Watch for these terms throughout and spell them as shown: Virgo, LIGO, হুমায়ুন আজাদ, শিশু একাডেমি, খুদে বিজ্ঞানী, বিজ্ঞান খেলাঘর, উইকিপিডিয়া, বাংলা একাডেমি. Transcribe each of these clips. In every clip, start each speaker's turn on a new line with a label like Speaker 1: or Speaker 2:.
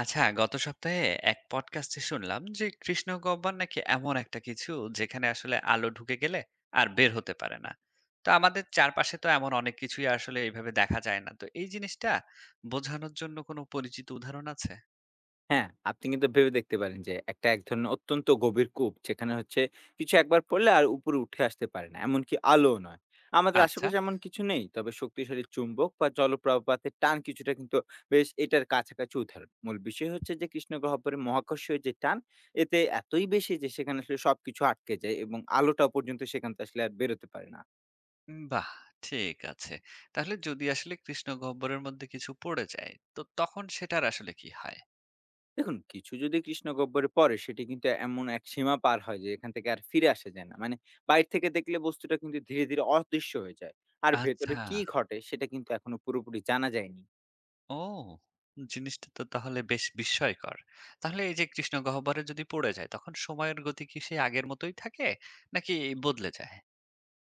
Speaker 1: আচ্ছা, গত সপ্তাহে এক পডকাস্টে শুনলাম যে কৃষ্ণগহ্বর নাকি এমন একটা কিছু যেখানে আসলে আলো ঢুকে গেলে আর বের হতে পারে না। তো আমাদের চারপাশে তো এমন অনেক কিছুই আসলে এইভাবে দেখা যায় না। তো এই জিনিসটা বোঝানোর জন্য কোনো পরিচিত উদাহরণ আছে?
Speaker 2: হ্যাঁ, আপনি কিন্তু ভেবে দেখতে পারেন যে একটা এক ধরনের অত্যন্ত গভীর কূপ যেখানে হচ্ছে কিছু একবার পড়লে আর উপরে উঠে আসতে পারে না। এমনকি আলোও নয়। আমাদের
Speaker 1: আচ্ছা,
Speaker 2: আশেপাশে এমন কিছু নেই। তবে শক্তিশালী চুম্বক বা জলপ্রপাতের টান কিছুটা কিন্তু বেশ এটার কাছাকাছি উদাহরণ। মূল বিষয় হচ্ছে যে কৃষ্ণগহ্বরের মহাকর্ষীয় যে টান এতে এতই বেশি যে সেখানে আসলে সবকিছু আটকে যায় এবং আলোটা পর্যন্ত সেখান থেকে আসলে আর বেরোতে পারে না।
Speaker 1: বাহ! ঠিক আছে। তাহলে যদি আসলে কৃষ্ণগহ্বরের মধ্যে কিছু পড়ে যায়, তো তখন সেটার আসলে কি হয়?
Speaker 2: দেখুন, কিছু যদি কৃষ্ণগহ্বরে পড়ে সেটি কিন্তু এমন এক সীমা পার হয় যে এখান থেকে আর ফিরে আসা যায় না। মানে বাইরে থেকে দেখলে বস্তুটা কিন্তু ধীরে, ধীরে অদৃশ্য হয়ে যায়। আর ভেতরে
Speaker 1: আচ্ছা।
Speaker 2: কি ঘটে সেটা কিন্তু এখনো পুরোপুরি জানা যায়নি।
Speaker 1: ও! জিনিসটা তো তাহলে বেশ বিস্ময়কর। তাহলে এই যে কৃষ্ণগহ্বরে যদি পড়ে যায় তখন সময়ের গতি কি সেই আগের মতোই থাকে? নাকি বদলে যায়?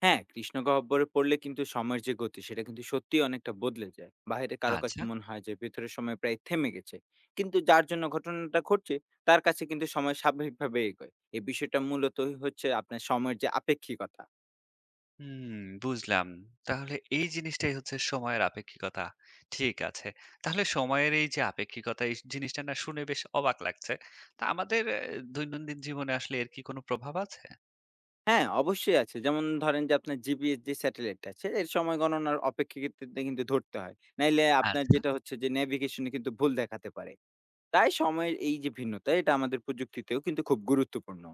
Speaker 2: হ্যাঁ, কৃষ্ণগহ্বরে পড়লে কিন্তু সময়ের যে গতি সেটা কিন্তু সত্যিই অনেকটা বদলে যায়। বাহিরে কারো কাছে
Speaker 1: আচ্ছা।
Speaker 2: মনে হয় যে ভেতরের সময় প্রায় থেমে গেছে। কিন্তু যার জন্য ঘটনাটা ঘটছে তার কাছে কিন্তু সময় স্বাভাবিকভাবে এগোয়। এই বিষয়টা মূলত হচ্ছে আপনার সময়ের যে আপেক্ষিকতা।
Speaker 1: হুম, বুঝলাম। তাহলে এই জিনিসটাই হচ্ছে সময়ের আপেক্ষিকতা। ঠিক আছে। তাহলে সময়ের এই যে আপেক্ষিকতা এই জিনিসটা না শুনে বেশ অবাক লাগছে। তা আমাদের দৈনন্দিন জীবনে আসলে এর কি কোনো প্রভাব আছে?
Speaker 2: হ্যাঁ, অবশ্যই আছে। যেমন ধরেন যে আপনার জিপিএস যে স্যাটেলাইট আছে এর সময় গণনার অপেক্ষাকৃততে কিন্তু ধরতে হয়। নাইলে আপনার
Speaker 1: আচ্ছা।
Speaker 2: যেটা হচ্ছে যে নেভিগেশন এ কিন্তু ভুল দেখাতে পারে। তাই সময়ের এই যে ভিন্নতা এটা আমাদের প্রযুক্তিতেও কিন্তু খুব গুরুত্বপূর্ণ।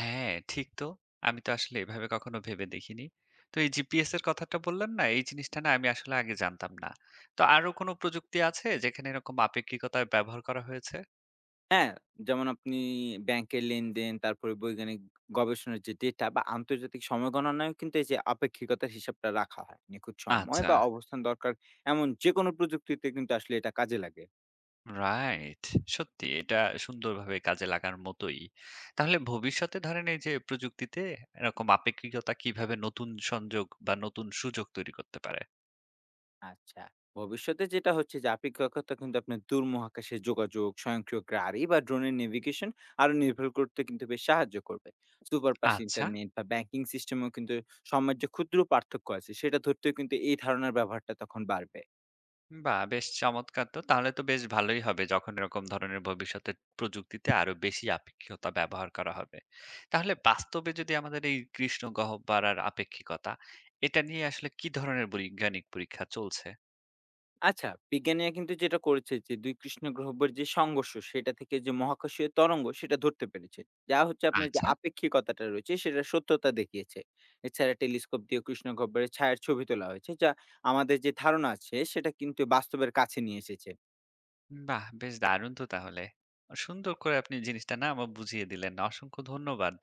Speaker 1: হ্যাঁ, ঠিক তো। আমি তো আসলে এভাবে কখনো ভেবে দেখিনি। তো এই GPS এর কথাটা বললেন না, এই জিনিসটা না আমি আসলে আগে জানতাম না। তো আরো কোনো প্রযুক্তি আছে যেখানে এরকম আপেক্ষিকতার ব্যবহার করা হয়েছে?
Speaker 2: হ্যাঁ, যেমন আপনি ব্যাংকের লেনদেন তারপরে বৈজ্ঞানিক গবেষণার যে ডেটা বা আন্তর্জাতিক সময় গণনায়ও কিন্তু এই যে আপেক্ষিকতার হিসাবটা রাখা হয়। নিখুঁত সময়
Speaker 1: আচ্ছা,
Speaker 2: বা অবস্থান দরকার এমন যেকোনো প্রযুক্তিতে কিন্তু আসলে এটা কাজে লাগে।
Speaker 1: রাইট। সত্যি এটা সুন্দরভাবে কাজে লাগার মতোই। তাহলে ভবিষ্যতে ধরেন এই যে প্রযুক্তিতে এরকম আপেক্ষিকতা কিভাবে নতুন সংযোগ বা নতুন সুযোগ তৈরি করতে পারে?
Speaker 2: আচ্ছা। ভবিষ্যতে যেটা হচ্ছে যে আপেক্ষিকতা কক্ষতা কিন্তু আপনার দূর মহাকাশের যোগাযোগ, স্বয়ংক্রিয় গাড়ি বা ড্রোনের নেভিগেশন আরো নির্ভর করতে কিন্তু বেশ সাহায্য করবে। সুপার ফাস্ট
Speaker 1: আচ্ছা।
Speaker 2: ইন্টারনেট বা ব্যাংকিং সিস্টেমেও কিন্তু সময়ের যে ক্ষুদ্র পার্থক্য আছে সেটা ধরতেও কিন্তু এই ধারণার ব্যবহারটা তখন বাড়বে।
Speaker 1: বাহ! বেশ চমৎকার তো। তাহলে তো বেশ ভালোই হবে যখন এরকম ধরনের ভবিষ্যতে প্রযুক্তিতে আরো বেশি আপেক্ষিকতা ব্যবহার করা হবে। তাহলে বাস্তবে যদি আমাদের এই কৃষ্ণ গহ্বরের আপেক্ষিকতা, এটা নিয়ে আসলে কি ধরনের বৈজ্ঞানিক পরীক্ষা চলছে?
Speaker 2: আচ্ছা, বিজ্ঞানীরা কিন্তু যেটা করেছে যে ২ কৃষ্ণ গহ্বরের যে সংঘর্ষ সেটা থেকে যে মহাকাশীয় তরঙ্গ সেটা ধরতে পেরেছে। যা হচ্ছে আপনার যে
Speaker 1: আচ্ছা।
Speaker 2: আপেক্ষিকতাটা রয়েছে সেটার সত্যতা দেখিয়েছে। এছাড়া টেলিস্কোপ দিয়ে কৃষ্ণ গহ্বরের ছায়ার ছবি তোলা হয়েছে, যা আমাদের যে ধারণা আছে সেটা কিন্তু বাস্তবের কাছে নিয়ে এসেছে।
Speaker 1: বাহ! বেশ দারুণ তো তাহলে। সুন্দর করে আপনি জিনিসটা না আমার বুঝিয়ে দিলেন। অসংখ্য ধন্যবাদ।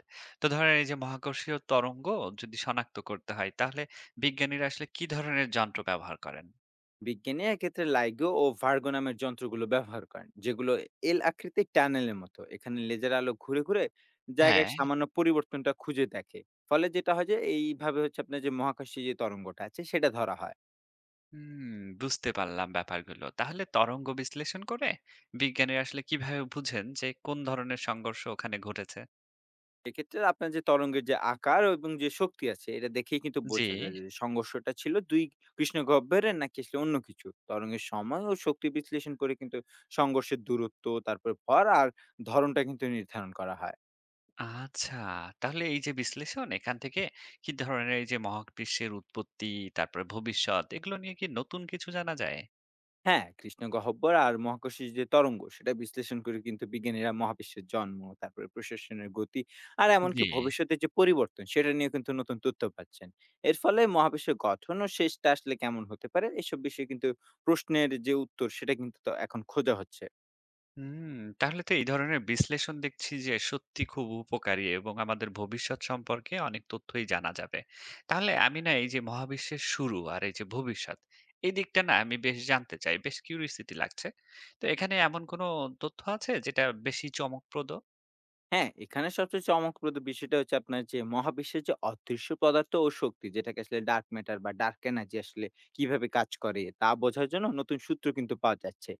Speaker 1: তো ধরেন এই যে মহাকর্ষীয় তরঙ্গ যদি শনাক্ত করতে হয়, তাহলে বিজ্ঞানীরা আসলে কি ধরনের যন্ত্র ব্যবহার করেন?
Speaker 2: বিজ্ঞানী এক্ষেত্রে লাইগো ও ভার্গো নামের যন্ত্রগুলো ব্যবহার করেন, যেগুলো এল আকৃতির টানেলের মতো। এখানে লেজার আলো ঘুরে ঘুরে জায়গায়
Speaker 1: হ্যাঁ।
Speaker 2: সামান্য পরিবর্তনটা খুঁজে দেখে। ফলে যেটা হয় যে এইভাবে হচ্ছে আপনার যে মহাকাশে যে তরঙ্গটা আছে সেটা ধরা হয়।
Speaker 1: হুম, বুঝতে পারলাম ব্যাপারগুলো। তাহলে তরঙ্গ বিশ্লেষণ করে বিজ্ঞানীরা আসলে কিভাবে বুঝেন যে কোন ধরনের সংঘর্ষ ওখানে ঘটেছে?
Speaker 2: এক্ষেত্রে আপনার যে তরঙ্গের যে আকার এবং যে শক্তি আছে এটা দেখেই কিন্তু
Speaker 1: জি,
Speaker 2: বোঝা যায় যে সংঘর্ষটা ছিল দুই কৃষ্ণগহ্বরের নাকি আসলে অন্য কিছু। তরঙ্গের সময় ও শক্তি বিশ্লেষণ করে কিন্তু সংঘর্ষের দূরত্ব, তারপর ভর আর ধরনটা কিন্তু নির্ধারণ করা হয়।
Speaker 1: আচ্ছা। তাহলে এই যে বিশ্লেষণ এখান থেকে কি ধরনের এই যে মহাবিশ্বের উৎপত্তি, তারপরে ভবিষ্যৎ এগুলো নিয়ে কি নতুন কিছু জানা যায়?
Speaker 2: হ্যাঁ, কৃষ্ণগহ্বর আর মহাকর্ষীয় যে তরঙ্গ সেটা বিশ্লেষণ করে কিন্তু বিজ্ঞানীরা মহাবিশ্বের জন্ম, তারপরে প্রশাসনের গতি আর এমনকি
Speaker 1: জি।
Speaker 2: ভবিষ্যতের যে পরিবর্তন সেটা নিয়ে কিন্তু নতুন তথ্য পাচ্ছেন। এর ফলে মহাবিশ্বের গঠন ও শেষটা আসলে কেমন হতে পারে এসব বিষয়ে কিন্তু প্রশ্নের যে উত্তর সেটা কিন্তু তো এখন খোঁজা হচ্ছে।
Speaker 1: হুম, তাহলে তো এই ধরনের বিশ্লেষণ দেখছি যে সত্যি খুব উপকারী এবং আমাদের ভবিষ্যৎ সম্পর্কে অনেক তথ্যই জানা যাবে। তাহলে আমি না এই যে মহাবিশ্বের শুরু আর এই যে ভবিষ্যৎ, এই দিকটা না আমি বেশ জানতে চাই, বেশ কিউরিওসিটি লাগছে। তো এখানে এমন কোনো তথ্য আছে যেটা বেশি চমকপ্রদ?
Speaker 2: হ্যাঁ, এখানে সবচেয়ে চমকপ্রদ বিষয়টা হচ্ছে আপনার যে মহাবিশ্বের যে অদৃশ্য পদার্থ ও শক্তি, যেটাকে আসলে ডার্ক ম্যাটার বা ডার্ক এনার্জি আসলে কিভাবে কাজ করে তা বোঝার জন্য নতুন সূত্র কিন্তু পাওয়া যাচ্ছে।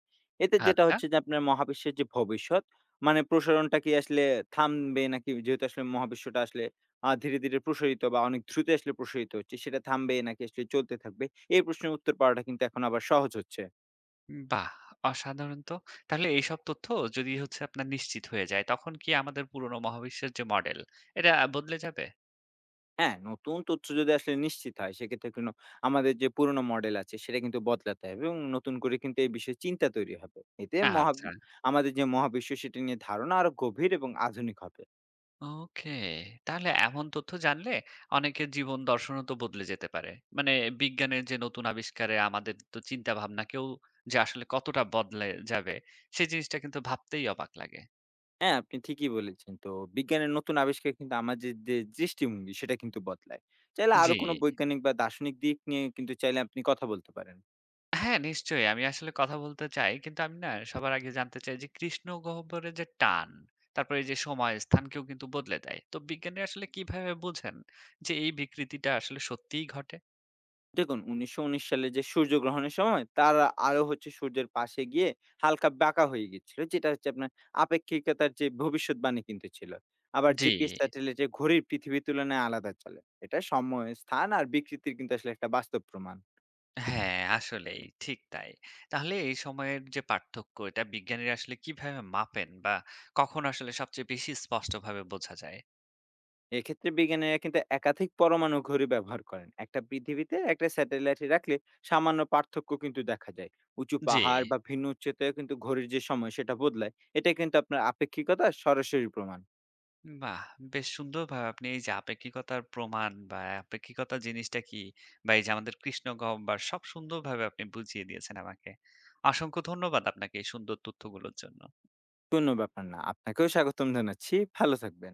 Speaker 2: এতে যেটা
Speaker 1: আচ্ছা,
Speaker 2: হচ্ছে যে আপনার মহাবিশ্বের যে ভবিষ্যৎ মানে প্রসারণটা কি আসলে থামবে, নাকি যেহেতু আসলে মহাবিশ্বটা আসলে ধীরে, ধীরে প্রসারিত বা অনেক দ্রুত আসলে প্রসারিত হচ্ছে সেটা থামবে নাকি আসলে চলতে থাকবে? এই প্রশ্নের উত্তর পাওয়াটা কিন্তু এখন আবার সহজ হচ্ছে।
Speaker 1: বাহ! অসাধারণ তো। তাহলে এইসব তথ্য যদি হচ্ছে আপনার নিশ্চিত হয়ে যায়, তখন কি আমাদের পুরনো মহাবিশ্বের যে মডেল, এটা বদলে যাবে?
Speaker 2: হ্যাঁ, নতুন তথ্য যদি আসলে নিশ্চিত হয় সেক্ষেত্রে কিন্তু আমাদের যে পুরোনো মডেল আছে সেটা কিন্তু বদলাতে হবে এবং নতুন করে কিন্তু এই বিষয়ে চিন্তা তৈরি হবে। এতে মহা
Speaker 1: আচ্ছা।
Speaker 2: আমাদের যে মহাবিশ্ব সেটা নিয়ে ধারণা আরো গভীর এবং আধুনিক হবে।
Speaker 1: ওকে। তাহলে এমন তথ্য জানলে অনেকের জীবন দর্শনও তো বদলে যেতে পারে। মানে বিজ্ঞানের যে নতুন আবিষ্কারে আমাদের তো চিন্তাভাবনাকেও যে আসলে কতটা বদলে যাবে, সেই জিনিসটা কিন্তু ভাবতেই অবাক লাগে।
Speaker 2: হ্যাঁ, আপনি ঠিকই বলেছেন। তো বিজ্ঞানের নতুন আবিষ্কার কিন্তু আমাদের যে দৃষ্টিভঙ্গি সেটা কিন্তু বদলায়। চাইলে আরো
Speaker 1: জি।
Speaker 2: কোনো বৈজ্ঞানিক বা দার্শনিক দিক নিয়ে কিন্তু চাইলে আপনি কথা বলতে পারেন।
Speaker 1: হ্যাঁ, নিশ্চয়ই। আমি আসলে কথা বলতে চাই। কিন্তু আমি না সবার আগে জানতে চাই যে কৃষ্ণগহ্বরের যে টান, তারপরে এই যে সময়, স্থানকেও কিন্তু বদলে দেয়। তো বিজ্ঞানী আসলে কিভাবে বুঝেন যে এই বিকৃতিটা আসলে সত্যিই ঘটে?
Speaker 2: দেখুন, ১৯১৯ সালে যে সূর্যগ্রহণের সময় তারা আরো হচ্ছে সূর্যের পাশে গিয়ে হালকা বাঁকা হয়ে গেছিল। যেটা হচ্ছে আপনার আপেক্ষিকতার যে ভবিষ্যৎবাণী কিন্তু ছিল। আবার
Speaker 1: জি।
Speaker 2: জিপিএস স্যাটেলাইটের ঘড়ির পৃথিবীর তুলনায় আলাদা চলে। এটা সময়, স্থান আর বিকৃতির কিন্তু আসলে একটা বাস্তব প্রমাণ।
Speaker 1: হ্যাঁ, আসলেই ঠিক তাই। তাহলে এই সময়ের যে পার্থক্য এটা বিজ্ঞানীরা আসলে কিভাবে মাপেন বা কখন আসলে সবচেয়ে বেশি স্পষ্টভাবে বোঝা যায়?
Speaker 2: এক্ষেত্রে বিজ্ঞানীরা কিন্তু একাধিক পরমাণু ঘড়ি ব্যবহার করেন। একটা পৃথিবীতে একটা স্যাটেলাইট রাখলে সামান্য পার্থক্য কিন্তু দেখা যায়। উঁচু
Speaker 1: জি।
Speaker 2: পাহাড় বা ভিন্ন উচ্চতায় কিন্তু ঘড়ির যে সময় সেটা বদলায়। এটা কিন্তু আপনার আপেক্ষিকতার সরাসরি প্রমাণ।
Speaker 1: বাহ! বেশ সুন্দরভাবে আপনি এই যে আপেক্ষিকতার প্রমাণ বা আপেক্ষিকতা জিনিসটা কি বা এই যে আমাদের কৃষ্ণগহ্বর সব সুন্দরভাবে আপনি বুঝিয়ে দিয়েছেন আমাকে। অসংখ্য ধন্যবাদ আপনাকে এই সুন্দর তথ্যগুলোর জন্য।
Speaker 2: কোনো ব্যাপার না। আপনাকেও স্বাগতম জানাচ্ছি। ভালো থাকবেন।